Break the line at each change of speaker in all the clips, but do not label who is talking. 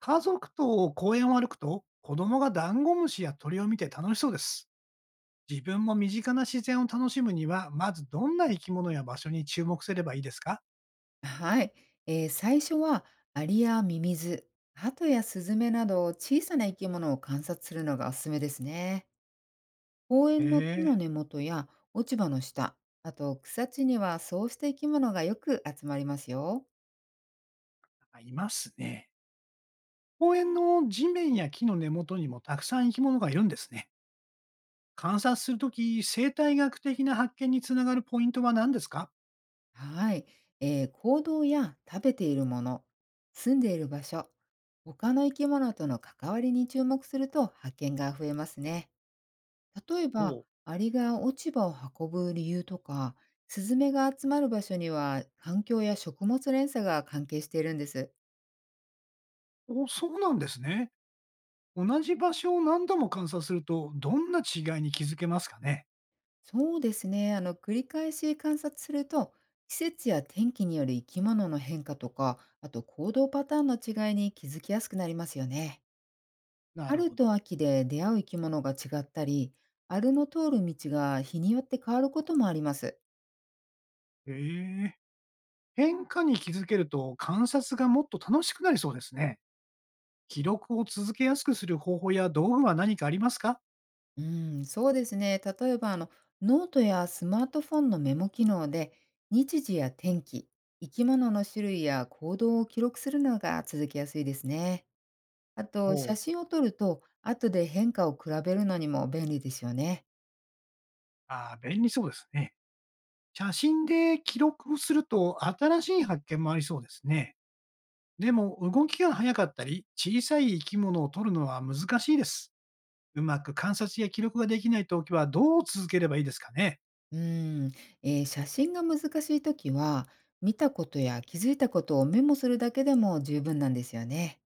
家族と公園を歩くと、子供がダンゴムシや鳥を見て楽しそうです。自分も身近な自然を楽しむには、まずどんな生き物や場所に注目すればいいですか？
はい、最初はアリやミミズ、ハトやスズメなど小さな生き物を観察するのがおすすめですね。公
へ
園の木
え
の
ー、
根元や落ち葉の下、あと草地にはそうした生き物がよく集まりますよ。
いますね。公園の地面や木の根元にもたくさん生き物がいるんですね。観察するとき、生態学的な発見につながるポイントは何ですか？
はい、行動や食べているもの、住んでいる場所、他の生き物との関わりに注目すると発見が増えますね。例え
お
ば、
う。
アリが落ち葉を運ぶ理由とか、スズメが集まる場所には環境や食物連鎖が関係しているんです。
お、そうなんですね。同じ場所を何度も観察すると、どんな違いに気づけますかね？
そうですね。繰り返し観察すると、季節や天気による生き物の変化とか、あと行動パターンの違いに気づきやすくなりますよね。
なる
春
ほど。
と秋で出会う生き物が違ったり、アルの通る道が日によって変わることもあります。
へえ、変化に気づけると観察がもっと楽しくなりそうですね。記録を続けやすくする方法や道具は何かありますか？
うん、そうですね。例えば、ノートやスマートフォンのメモ機能で、日時や天気、生き物の種類や行動を記録するのが続きやすいですね。あと、写
ほう。
真を撮ると、後で変化を比べるのにも便利ですよね。
ああ、便利そうですね。写真で記録すると新しい発見もありそうですね。でも動きが早かったり、小さい生き物を撮るのは難しいです。うまく観察や記録ができないときはどう続ければいいですかね？
うん、写真が難しいときは、見たことや気づいたことをメモするだけでも十分なんですよね。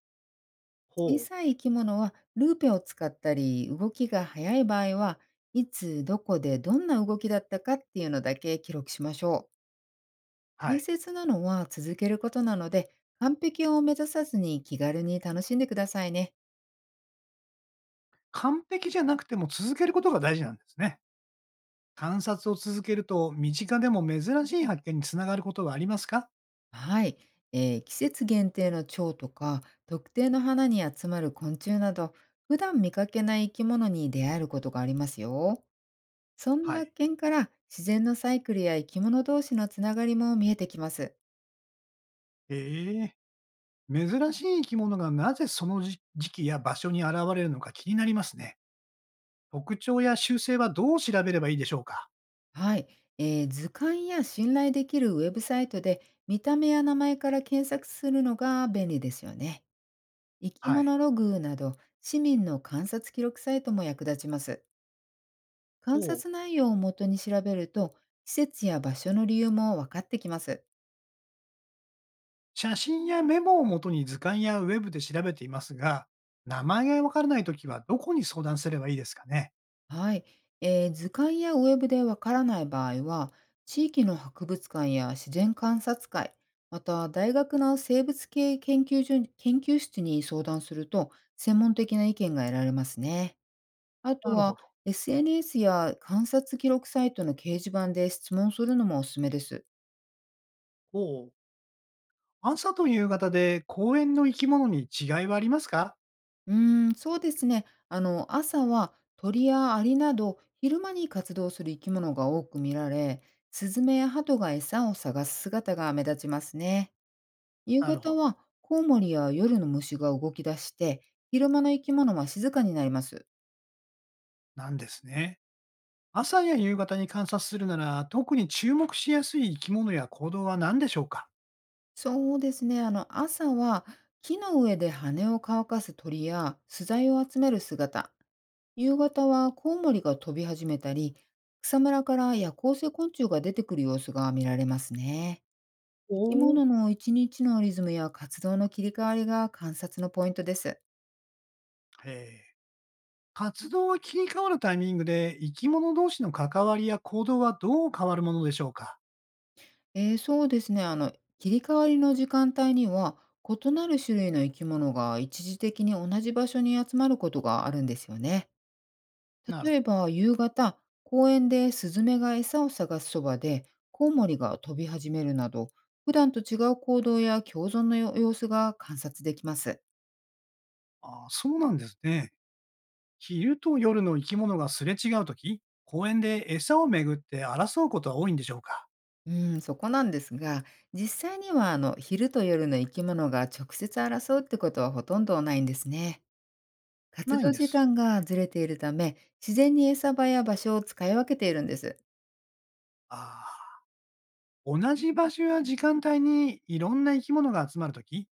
小
ほう。
さい生き物はルーペを使ったり動きが速い場合はいつどこでどんな動きだったかっていうのだけ記録しましょう。
は
大
い。
切なのは続けることなので完璧を目指さずに気軽に楽しんでくださいね。
完璧じゃなくても続けることが大事なんですね。観察を続けると、身近でも珍しい発見につながることはありますか？
はい、季節限定の蝶とか特定の花に集まる昆虫など普段見かけない生き物に出会えることがありますよ。そんな
はい。
発見から自然のサイクルや生き物同士のつながりも見えてきます。
ええ、珍しい生き物がなぜその時時期や場所に現れるのか気になりますね。特徴や習性はどう調べればいいでしょうか？
はい、図鑑や信頼できるウェブサイトで見た目や名前から検索するのが便利ですよね。生き
は
物
い。
ログなど市民の観察記録サイトも役立ちます。観
ほう。
察内容をもとに調べると季節や場所の理由も分かってきます。
写真やメモをもとに図鑑やウェブで調べていますが、名前がわからないときはどこに相談すればいいですかね？
はい、図鑑やウェブでわからない場合は、地域の博物館や自然観察会、また大学の生物系研究所に研究室に相談すると、専門的な意見が得られますね。あと
なるほ
は、
ど。
SNS や観察記録サイトの掲示板で質問するのもおすすめです。
ほう。朝と夕方で公園の生き物に違いはありますか？
うーん、そうですね。朝は鳥やアリなど昼間に活動する生き物が多く見られ、スズメやハトが餌を探す姿が目立ちますね。夕
なるほ
方は
ど。
コウモリや夜の虫が動き出して、昼間の生き物は静かになります。
なんですね。朝や夕方に観察するなら、特に注目しやすい生き物や行動は何でしょうか？
そうですね。朝は木の上で羽を乾かす鳥や巣材を集める姿。夕方はコウモリが飛び始めたり、草むらから夜行性昆虫が出てくる様子が見られますね。
お
生き
おー。
物の一日のリズムや活動の切り替わりが観察のポイントです。
えー活動が切り替わるタイミングで生き物同士の関わりや行動はどう変わるものでしょうか？
そうですね。切り替わりの時間帯には、異なる種類の生き物が一時的に同じ場所に集まることがあるんですよね。
なるほ
例え
ど。
ば、夕方、公園でスズメが餌を探すそばで、コウモリが飛び始めるなど、普段と違う行動や共存の様様子が観察できます。
あー、そうなんですね。昼と夜の生き物がすれ違うとき、公園で餌をめぐって争うことは多いんでしょうか？
うん、そこなんですが、実際には昼と夜の生き物が直接争うってことはほとんどないんですね。活
ないん
動
で
時
す。
間がずれているため、自然に餌場や場所を使い分けているんです。
ああ、同じ場所や時間帯にいろんな生き物が集まるとき、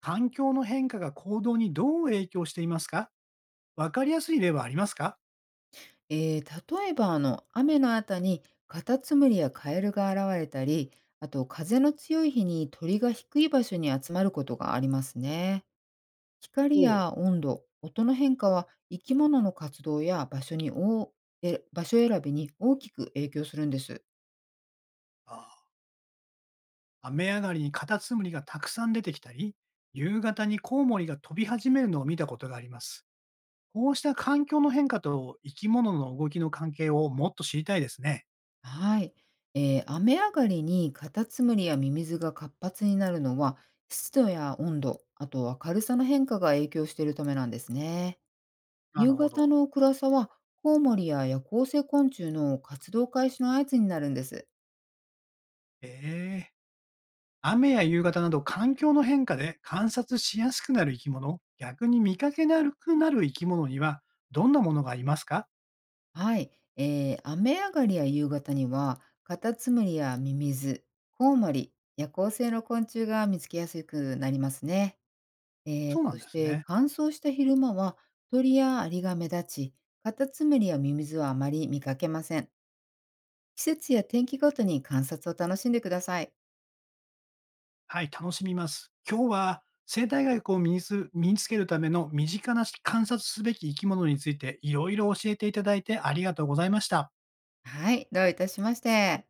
環境の変化が行動にどう影響していますか？わかりやすい例はありますか？
例えば雨の後にカタツムリやカエルが現れたり、あと風の強い日に鳥が低い場所に集まることがありますね。光
お、
や温度、音の変化は生き物の活動や場所選びに大きく影響するんです。
あー雨上がりにカタツムリがたくさん出てきたり、夕方にコウモリが飛び始めるのを見たことがあります。こうした環境の変化と生き物の動きの関係をもっと知りたいですね。
はい。雨上がりにカタツムリやミミズが活発になるのは、湿度や温度、あとは軽さの変化が影響しているためなんですね。
なる
夕
ほ
方
ど。
の暗さは、コウモリや夜行性昆虫の活動開始の合図になるんです。
ええ、雨や夕方など環境の変化で観察しやすくなる生き物、逆に見かけなくなる生き物にはどんなものがいますか？
はい。雨上がりや夕方には、カタツムリやミミズ、コウモリ、夜行性の昆虫が見つけやすくなりますね。
そうな
そ
んで
し
す
て
ね。
乾燥した昼間は鳥やアリが目立ち、カタツムリやミミズはあまり見かけません。季節や天気ごとに観察を楽しんでください。
はい、楽しみます。今日は生態学を身につけるための身近な観察すべき生き物についていろいろ教えていただいてありがとうございました。
はい、どういたしまして。